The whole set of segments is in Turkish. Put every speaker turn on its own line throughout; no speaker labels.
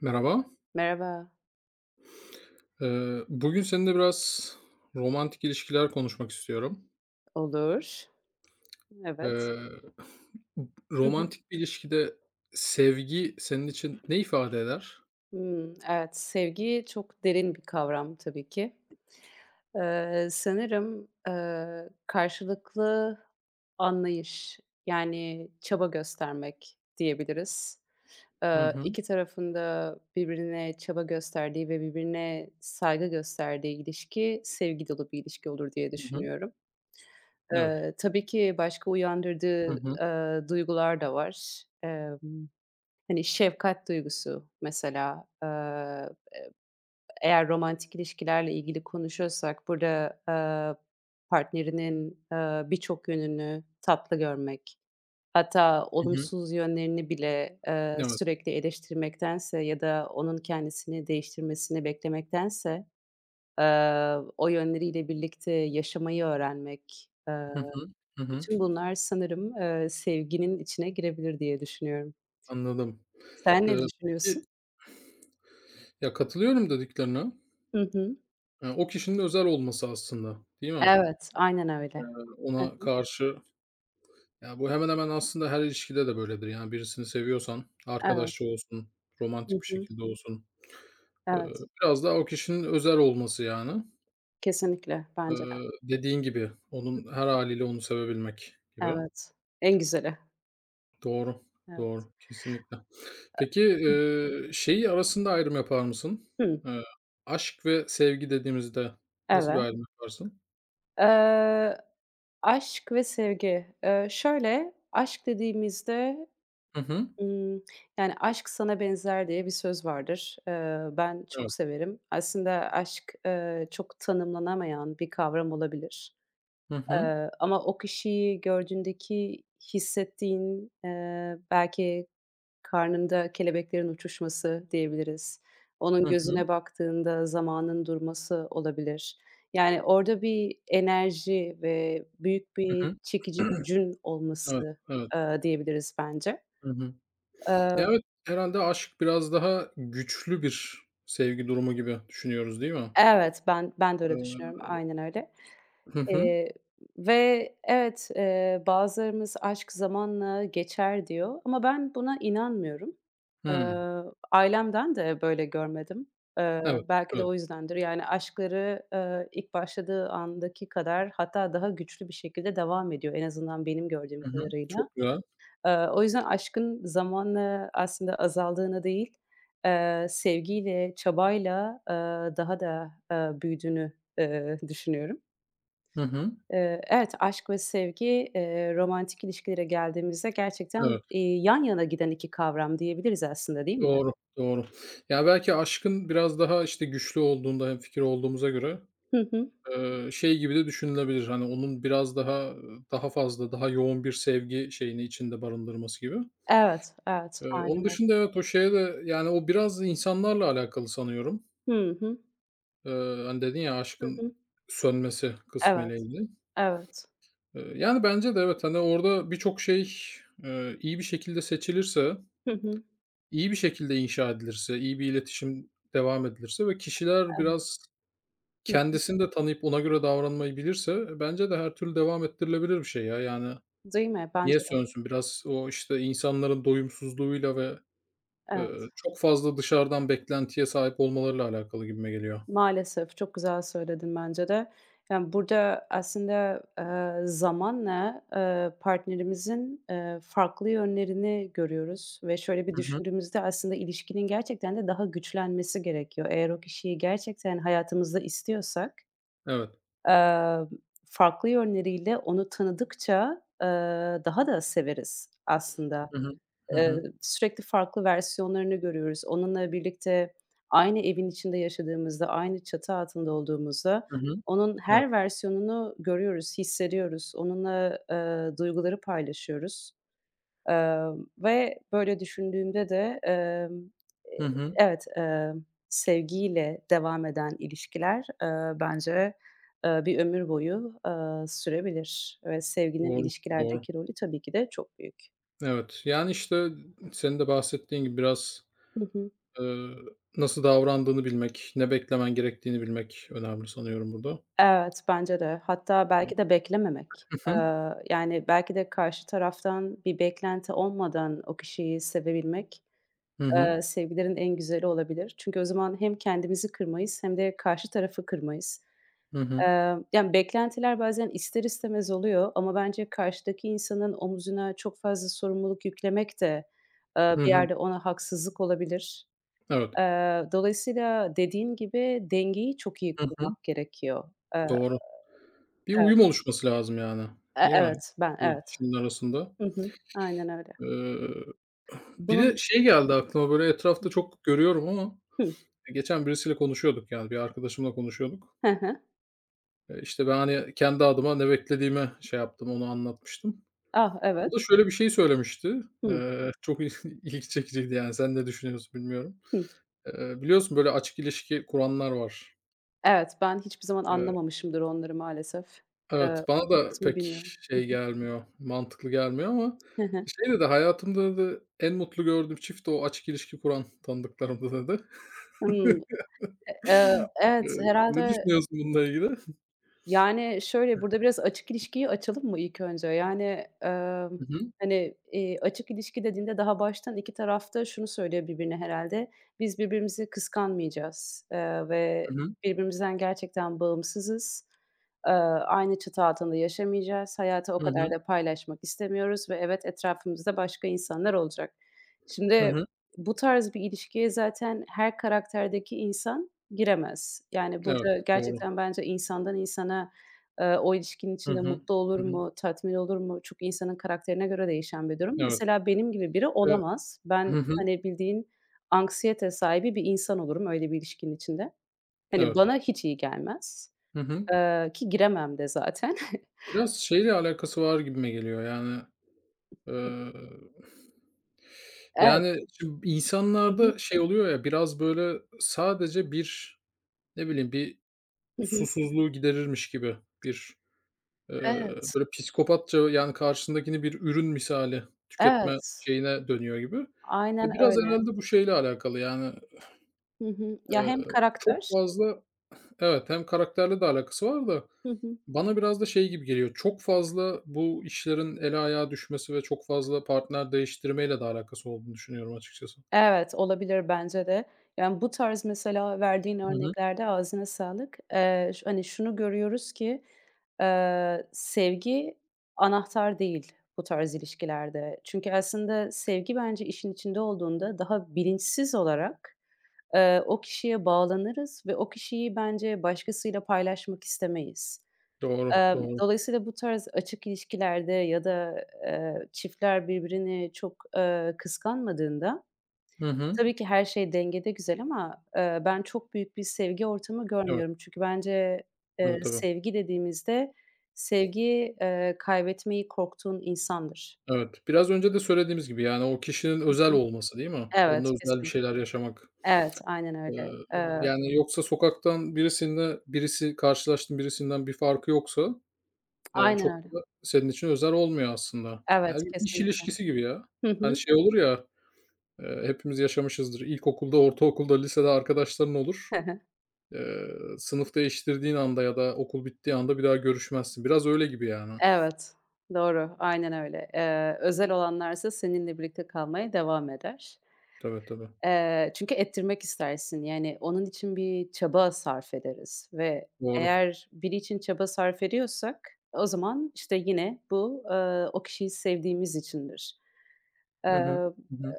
Merhaba.
Merhaba.
Bugün seninle biraz romantik ilişkiler konuşmak istiyorum.
Olur. Evet.
Eee,
Hı hı.
Romantik bir ilişkide sevgi senin için ne ifade eder?
Hımm, evet, sevgi çok derin bir kavram tabii ki. Sanırım, karşılıklı anlayış, yani, çaba göstermek diyebiliriz.
Hı hı.
2 tarafın da birbirine çaba gösterdiği ve birbirine saygı gösterdiği ilişki sevgi dolu bir ilişki olur diye
Hı hı.
düşünüyorum.
Evet.
Tabii ki başka
Hı
uyandırdığı,
hı.
duygular da var. Hani, şefkat duygusu mesela, eğer romantik ilişkilerle ilgili konuşuyorsak burada, partnerinin, birçok yönünü tatlı görmek, hatta
Hı hı.
olumsuz yönlerini bile,
Evet.
sürekli eleştirmektense ya da onun kendisini değiştirmesini beklemektense, o yönleriyle birlikte yaşamayı öğrenmek,
Hı hı. Hı hı.
bütün bunlar sanırım, sevginin içine girebilir diye düşünüyorum.
Anladım.
Sen ne
Eee, peki
düşünüyorsun?
ya katılıyorum dediklerine.
Hı hı.
O kişinin özel olması aslında, değil mi?
Evet, aynen öyle.
Yani ona
Heh,
karşı ya bu hemen hemen aslında her ilişkide de böyledir. Yani birisini seviyorsan,
evet.
arkadaşça olsun,
Hı
romantik bir
hı.
şekilde olsun. Eee,
Evet.
Biraz daha o kişinin özel olması yani.
Kesinlikle, bence de.
Dediğin gibi onun her hâliyle onu sevebilmek gibi.
Evet. En güzeli.
Doğru,
Evet.
doğru. Kesinlikle. Peki, şeyi arasında ayrım yapar mısın?
Hıı.
Eee, Aşk ve sevgi dediğimizde nasıl bir
Evet.
ayrım yaparsın?
Eee, aşk ve sevgi. Şöyle, aşk dediğimizde,
Hı hı.
ımm, yani, "Aşk sana benzer." diye bir söz vardır. Ben çok
Evet.
severim. Aslında aşk, çok tanımlanamayan bir kavram olabilir.
Hı hı.
Ama o kişiyi gördüğündeki hissettiğin, belki karnında kelebeklerin uçuşması diyebiliriz. Onun
Hı hı.
gözüne baktığında zamanın durması olabilir. Yani, orada bir enerji ve büyük
Hı
bir
hı.
çekici gücün
Evet,
olması,
evet.
diyebiliriz bence.
Hı hı. Ya,
Eee
evet, herhâlde aşk biraz daha güçlü bir sevgi durumu gibi düşünüyoruz, değil mi?
Evet, ben de öyle düşünüyorum.
Eee
Aynen öyle.
Hı hı.
Eee, ve evet, bazılarımız "Aşk zamanla geçer." diyor ama ben buna inanmıyorum.
Hıı.
Eee, ailemden de böyle görmedim. Eee,
Evet,
belki de
evet.
o yüzdendir. Yani aşkları, ilk başladığı andaki kadar hatta daha güçlü bir şekilde devam ediyor en azından benim gördüğüm
Hı hı.
kadarıyla.
Çok güzel.
O yüzden aşkın zamanla aslında azaldığını değil, sevgiyle, çabayla, daha da, büyüdüğünü, düşünüyorum.
Hı hı.
Evet, aşk ve sevgi, romantik ilişkilere geldiğimizde gerçekten,
Evet,
yan yana giden 2 kavram diyebiliriz aslında, değil mi?
doğru, doğru. Ya, belki aşkın biraz daha, işte, güçlü olduğunda hemfikir olduğumuza göre,
Hı hı.
şey gibi de düşünülebilir, hani, onun biraz daha, daha fazla, daha yoğun bir sevgi şeyini içinde barındırması gibi.
Evet, evet, aynen
Onun
öyle.
dışında evet, o şeye de, yani, o biraz insanlarla alakalı sanıyorum.
Hı hı.
Hani, dedin ya
Hı
aşkın
hı.
sönmesi kısmıyla
Evet.
ilgili.
Evet.
Yani, bence de evet, hani, orada birçok şey, iyi bir şekilde seçilirse.
Hı hı.
İyi bir şekilde inşa edilirse, iyi bir iletişim devam edilirse ve kişiler
Evet.
biraz
Hı hı.
kendisini de tanıyıp ona göre davranmayı bilirse bence de her türlü devam ettirilebilir bir şey ya. Yani
Değil mi?
niye
Bence de.
sönsün? Biraz o, işte, insanların doyumsuzluğuyla ve,
Evet.
çok fazla dışarıdan beklentiye sahip olmalarıyla alakalı gibime geliyor.
Maalesef, çok güzel söyledin bence de. Yani, burada aslında, zamanla, partnerimizin, farklı yönlerini görüyoruz ve şöyle bir
Hı hı.
düşündüğümüzde aslında ilişkinin gerçekten de daha güçlenmesi gerekiyor. Eğer o kişiyi gerçekten hayatımızda istiyorsak,
Evet.
eee, farklı yönleriyle onu tanıdıkça, daha da severiz aslında.
Hı hı. Hı
Eee,
hı.
sürekli farklı versiyonlarını görüyoruz. Onunla birlikte aynı evin içinde yaşadığımızda, aynı çatı altında olduğumuzda
Hı hı.
onun
Evet.
her versiyonunu görüyoruz, hissediyoruz. Onunla, duyguları paylaşıyoruz. Ve böyle düşündüğümde de, eee,
Hı hı.
evet, sevgiyle devam eden ilişkiler, bence, bir ömür boyu, sürebilir ve sevginin
Doğru, doğru.
ilişkilerdeki rolü tabii ki de çok büyük.
Evet. Yani, işte, senin de bahsettiğin gibi biraz.
Hı hı.
Eee, Nasıl davrandığını bilmek, ne beklemen gerektiğini bilmek önemli sanıyorum burada.
Evet, bence de. Hatta belki de beklememek.
Hı hı.
Yani, belki de karşı taraftan bir beklenti olmadan o kişiyi sevebilmek,
Hı hı.
sevgilerin en güzeli olabilir. Çünkü o zaman hem kendimizi kırmayız hem de karşı tarafı kırmayız.
Hı hı.
Yani, beklentiler bazen ister istemez oluyor ama bence karşıdaki insanın omuzuna çok fazla sorumluluk yüklemek de,
Hı
bir
hı.
yerde ona haksızlık olabilir.
Evet.
Dolayısıyla dediğin gibi dengeyi çok iyi
Hı hı.
kurmak gerekiyor. Eee,
Doğru. Bir
evet.
uyum oluşması lazım yani,
E
değil mi?
evet, ben,
Bu
evet.
kişinin arasında.
Hı hı. Aynen öyle.
Eee, Bir de
Bunun
şey geldi aklıma, böyle, etrafta çok görüyorum ama
Hıh.
geçen birisiyle konuşuyorduk yani, bir arkadaşımla konuşuyorduk.
He he.
İşte, ben, hani, kendi adıma ne beklediğimi şey yaptım, onu anlatmıştım.
Ah,
O
evet.
da şöyle bir şey söylemişti.
Hı,
Çok ilgi çekiciydi yani. Sen ne düşünüyorsun bilmiyorum.
hı.
Biliyorsun böyle açık ilişki kuranlar var.
Evet, ben hiçbir zaman
Eee,
anlamamışımdır onları maalesef. Eee,
evet, bana
o
da
kısmını
pek
bilmiyorum. Hı
şey
hı.
gelmiyor, mantıklı gelmiyor ama
Hı hı.
şeyde de hayatımda da en mutlu gördüğüm çift o açık ilişki kuran tanıdıklarımda dedi.
Hımm. E eee,
Eee,
evet,
Ne
herhâlde.
düşünüyorsun bununla ilgili? Hı
Yani, şöyle, burada biraz açık ilişkiyi açalım mı ilk önce? Yani,
hı.
hani, açık ilişki dediğinde daha baştan 2 tarafta şunu söylüyor birbirine herhalde "Biz birbirimizi kıskanmayacağız, ve
Hı hı.
birbirimizden gerçekten bağımsızız. Aynı çatı altında yaşamayacağız. Hayatı o
Hı
kadar
hı.
da paylaşmak istemiyoruz ve evet, etrafımızda başka insanlar olacak."
Hı
Şimdi
hı.
bu tarz bir ilişkiye zaten her karakterdeki insan giremez. Yani,
Evet,
burada
doğru.
gerçekten bence insandan insana, o ilişkinin
Hı
içinde
hı.
mutlu olur
Hı hı.
mu, tatmin olur mu, çok insanın karakterine göre değişen bir durum.
Evet.
Mesela benim gibi biri
Eee,
olamaz. Ben,
hı hı.
hani, bildiğin anksiyete sahibi bir insan olurum öyle bir ilişkinin içinde. Hani,
Evet.
bana hiç iyi gelmez,
Hı hı.
ki giremem de zaten.
Biraz şeyle alakası var gibime geliyor yani, eee
Evet.
Yani, şimdi
Hı hı.
insanlarda şey oluyor ya, biraz böyle sadece bir, ne bileyim, bir
Hı hı.
susuzluğu giderirmiş gibi bir,
Evet.
böyle psikopatça, yani, karşısındakini bir ürün misali tüketme
Evet.
şeyine dönüyor gibi.
Aynen
E, biraz
öyle.
herhalde bu şeyle alakalı, yani,
Hı hı. Ya,
eee,
hem
çok
karakter
fazla. Evet, hem karakterle de alakası var da
Hı hı.
bana biraz da şey gibi geliyor, çok fazla bu işlerin ele ayağa düşmesi ve çok fazla partner değiştirmeyle de alakası olduğunu düşünüyorum açıkçası.
Evet, olabilir bence de. Yani, bu tarz mesela verdiğin
Hı hı.
örneklerde ağzına sağlık. Ş hani, şunu görüyoruz ki, sevgi anahtar değil bu tarz ilişkilerde. Çünkü aslında sevgi bence işin içinde olduğunda daha bilinçsiz olarak, o kişiye bağlanırız ve o kişiyi bence başkasıyla paylaşmak istemeyiz.
Doğru,
Emm,
doğru.
dolayısıyla bu tarz açık ilişkilerde ya da, çiftler birbirini çok, kıskanmadığında.
Hı hı.
Tabii ki her şey dengede güzel ama, ben çok büyük bir sevgi ortamı
Evet.
görmüyorum. Çünkü bence,
Tabii, tabii.
sevgi dediğimizde sevgi, kaybetmeyi korktuğun insandır.
Evet. Biraz önce de söylediğimiz gibi, yani, o kişinin
Hı
özel
hı.
olması, değil mi?
Evet,
Onunla özel bir
kesin.
şeyler yaşamak.
Evet, aynen
Eee,
öyle. Eee,
Yani, yoksa sokaktan birisinle birisi karşılaştığın birisinden bir farkı yoksa,
aynen
çok
öyle.
da senin için özel olmuyor aslında.
Evet,
Yani, bir iş
kesin.
ilişkisi gibi ya.
Hı
Hani,
hı.
şey olur ya, hepimiz yaşamışızdır. İlkokulda, ortaokulda, lisede arkadaşların olur.
Hı hı.
Eee, Sınıf değiştirdiğin anda ya da okul bittiği anda bir daha görüşmezsin. Biraz öyle gibi, yani.
Evet, doğru, aynen öyle. Özel olanlarsa seninle birlikte kalmaya devam eder.
Tabii, tabii.
Çünkü ettirmek istersin. Yani, onun için bir çaba sarf ederiz ve
Doğru.
eğer biri için çaba sarf ediyorsak o zaman, işte, yine bu, o kişiyi sevdiğimiz içindir.
Hı hı. Hı hı.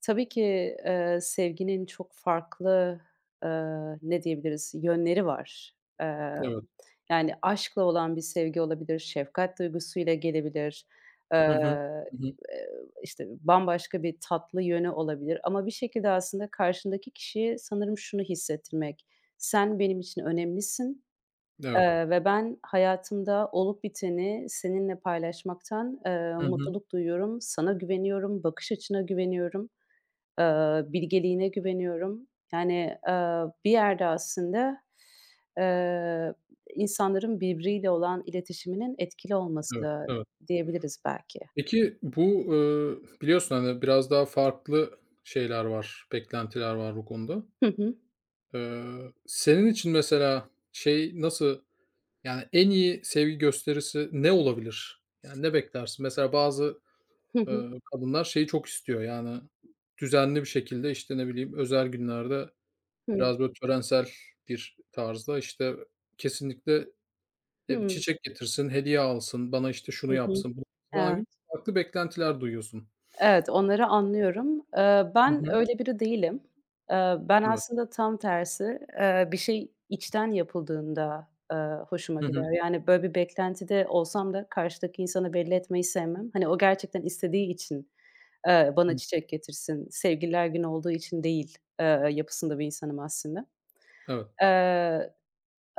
Tabii ki, sevginin çok farklı, eee, ne diyebiliriz, yönleri var. Emm,
Evet.
yani, aşkla olan bir sevgi olabilir, şefkat duygusuyla gelebilir,
Hı
eee,
hı. Hı hı.
eee, işte, bambaşka bir tatlı yönü olabilir ama bir şekilde aslında karşındaki kişiye sanırım şunu hissettirmek: "Sen benim için önemlisin,
Evet.
ve ben hayatımda olup biteni seninle paylaşmaktan,
Hı hı.
mutluluk duyuyorum, sana güveniyorum, bakış açına güveniyorum." Bilgeliğine güveniyorum. Yani, bir yerde aslında, eee, insanların birbiriyle olan iletişiminin etkili olması
Evet,
da
evet.
diyebiliriz belki.
Peki bu, biliyorsun, hani, biraz daha farklı şeyler var, beklentiler var bu konuda.
Hı hı.
Senin için mesela şey nasıl, yani, en iyi sevgi gösterisi ne olabilir? Yani, ne beklersin? Mesela bazı,
Hı hı.
kadınlar şeyi çok istiyor, yani, düzenli bir şekilde, işte, ne bileyim, özel günlerde
Hı.
biraz böyle törensel bir tarzda, işte, kesinlikle E, bir
Hıı.
çiçek getirsin, hediye alsın, bana, işte,
Hı
şunu
hı.
yapsın, bunu falan
Evet.
gibi farklı beklentiler duyuyorsun.
Evet, onları anlıyorum. Eee,
Hı
ben
hı.
öyle biri değilim. Ben
Evet.
aslında tam tersi, bir şey içten yapıldığında, hoşuma
Hı hı.
gider. Yani, böyle bir beklentide olsam da karşıdaki insanı belli etmeyi sevmem. Hani, o gerçekten istediği için bana
Hı.
çiçek getirsin, sevgililer günü olduğu için değil, yapısında bir insanım aslında.
Evet.
Eee,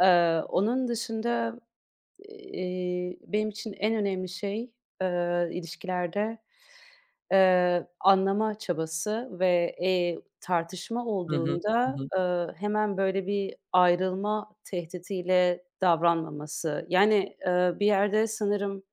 onun dışında, benim için en önemli şey, ilişkilerde, anlama çabası ve, tartışma
Hı hı. Hı
olduğunda,
hı.
hemen böyle bir ayrılma tehdidiyle davranmaması. Yani, bir yerde sanırım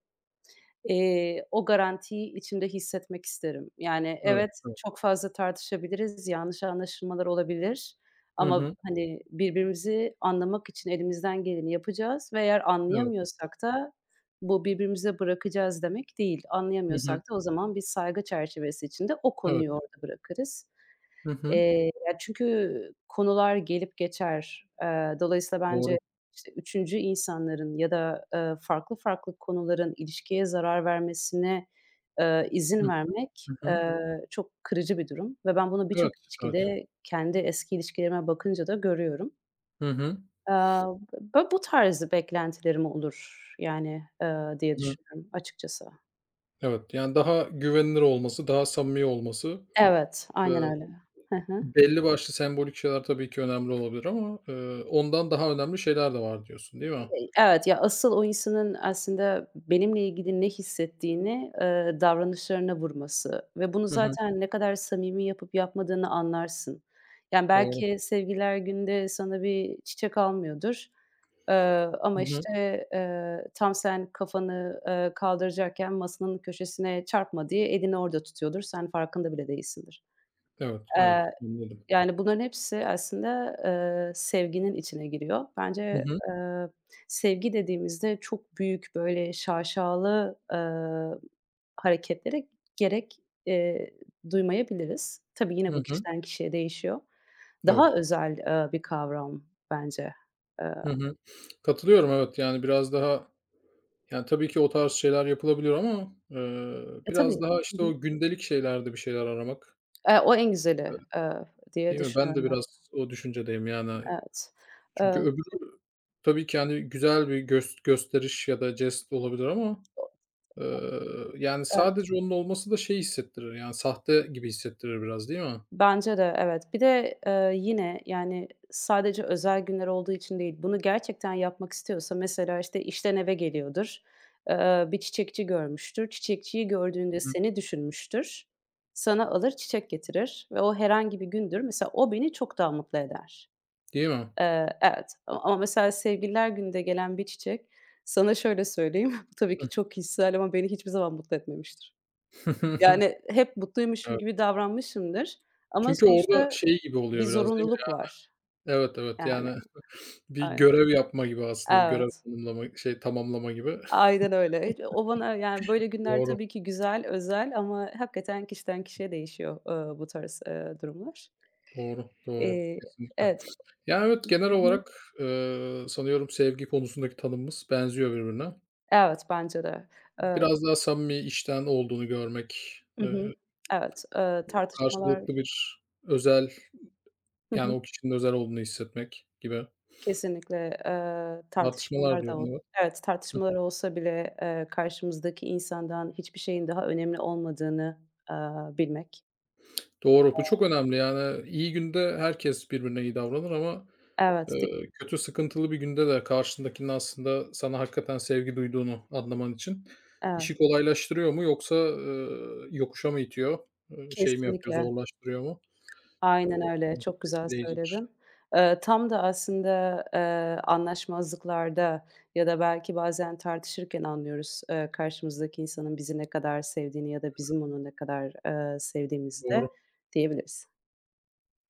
O garantiyi içimde hissetmek isterim. Yani,
Evet,
evet,
evet.
çok fazla tartışabiliriz, yanlış anlaşılmalar olabilir
Hı
ama,
hı.
hani, birbirimizi anlamak için elimizden geleni yapacağız ve eğer
Evet.
anlayamıyorsak da bu birbirimize bırakacağız demek değil.
Hı
Anlayamıyorsak
hı.
da o zaman bir saygı çerçevesi içinde o
Evet.
konuyu orada bırakırız.
Hı hı.
Ya, çünkü konular gelip geçer. Dolayısıyla bence,
Doğru.
işte, 3. insanların ya da, farklı farklı konuların ilişkiye zarar vermesine,
Hı.
izin vermek,
Hı hı. Hı.
çok kırıcı bir durum ve ben bunu birçok
Evet, evet.
ilişkide kendi eski ilişkilerime bakınca da görüyorum.
Hı hı.
Eee, bö bu tarz beklentilerim olur, yani, diye
Hı hı.
düşünüyorum açıkçası.
Evet, yani, daha güvenilir olması, daha samimi olması,
Evet, aynen
eee,
öyle. Hı hı.
belli başlı sembolik şeyler tabii ki önemli olabilir ama, ondan daha önemli şeyler de var diyorsun, değil mi?
Evet, ya, asıl o insanın aslında benimle ilgili ne hissettiğini, davranışlarına vurması ve bunu
Hı hı.
zaten ne kadar samimi yapıp yapmadığını anlarsın. Yani,
Doğru.
belki sevgiler günde sana bir çiçek almıyordur, eee,
Hı
ama,
hı.
işte, tam sen kafanı, kaldıracakken masanın köşesine çarpma diye elini orada tutuyordur. Sen farkında bile değilsindir.
Evet, evet. Anladım.
Yani, bunların hepsi aslında, sevginin içine giriyor.
Hı
Bence,
hı.
sevgi dediğimizde çok büyük, böyle, şaşalı, hareketlere gerek, eee, duymayabiliriz. Tabii yine bu
Hı hı.
kişiden kişiye değişiyor. Daha
Evet.
özel, bir kavram bence. Eee,
Hı hı. Katılıyorum, evet. Yani, biraz daha, yani, tabii ki o tarz şeyler yapılabiliyor ama,
e,
biraz
tabii.
daha,
Hı
işte,
hı.
o gündelik şeylerde bir şeyler aramak,
O en güzeli, diye
değil mi? Ben de
düşünüyorum ben.
biraz o düşüncedeyim, yani.
Evet.
Çünkü
Eee,
öbürü tabii ki, yani güzel bir gösteriş ya da jest olabilir ama,
o
eee, yani, sadece onun olması da şey hissettirir, yani, sahte gibi hissettirir biraz, değil mi?
Bence de evet. Bir de, yine, yani, sadece özel günler olduğu için değil, bunu gerçekten yapmak istiyorsa mesela, işte, işten eve geliyordur, bir çiçekçi görmüştür. Çiçekçiyi gördüğünde
Hı.
seni düşünmüştür. Sana alır çiçek getirir ve o herhangi bir gündür. Mesela o beni çok daha mutlu eder.
Değil mi?
Evet ama mesela Sevgililer günde gelen bir çiçek sana şöyle söyleyeyim, tabii ki çok kişisel ama beni hiçbir zaman mutlu etmemiştir. Yani hep mutluymuşum
Evet.
gibi davranmışımdır ama
Çünkü orada
sonuçta
şey gibi
bir
oluyor biraz, değil mi?
zorunluluk var
Evet, evet,
yani.
yani bir
Aynen.
görev yapma gibi aslında, bir görev
Evet,
tanımlama, şey, tamamlama gibi.
aynen öyle. Hiç o bana yani böyle günler
Doğru,
tabii ki güzel, özel ama hakikaten kişiden kişiye değişiyor, bu tarz, durumlar.
doğru, doğru.
Eee,
Kesinlikle.
evet.
Yani evet,
Hı
genel
hı.
olarak, sanıyorum sevgi konusundaki tanımımız benziyor birbirine.
Evet, bence de. Eee
Biraz daha samimi, içten olduğunu görmek,
Hı hı. Evet, tartışmalar
karşılıklı bir özel,
Hı
yani,
hı.
o kişinin özel olduğunu hissetmek gibi
Kesinlikle,
tartışmalar
tartışmalar da
diyordun,
ol
evet.
Evet, tartışmalar olsa bile, karşımızdaki insandan hiçbir şeyin daha önemli olmadığını, eee, bilmek.
Doğru, bu çok önemli. Yani, iyi günde herkes birbirine iyi davranır ama
Evet, di
Kötü, sıkıntılı bir günde de karşındakinin aslında sana hakikaten sevgi duyduğunu anlaman için
Evet,
işi kolaylaştırıyor mu yoksa, yokuşa mı itiyor? Şey mi yapıyor,
kesinlikle.
zorlaştırıyor mu? Eee,
Aynen öyle,
Bu da çok
çok güzel
etkileyicidir.
söyledin. Tam da aslında, anlaşmazlıklarda ya da belki bazen tartışırken anlıyoruz, karşımızdaki insanın bizi ne kadar sevdiğini ya da bizim onu ne kadar, sevdiğimizi
Doğru.
de diyebiliriz.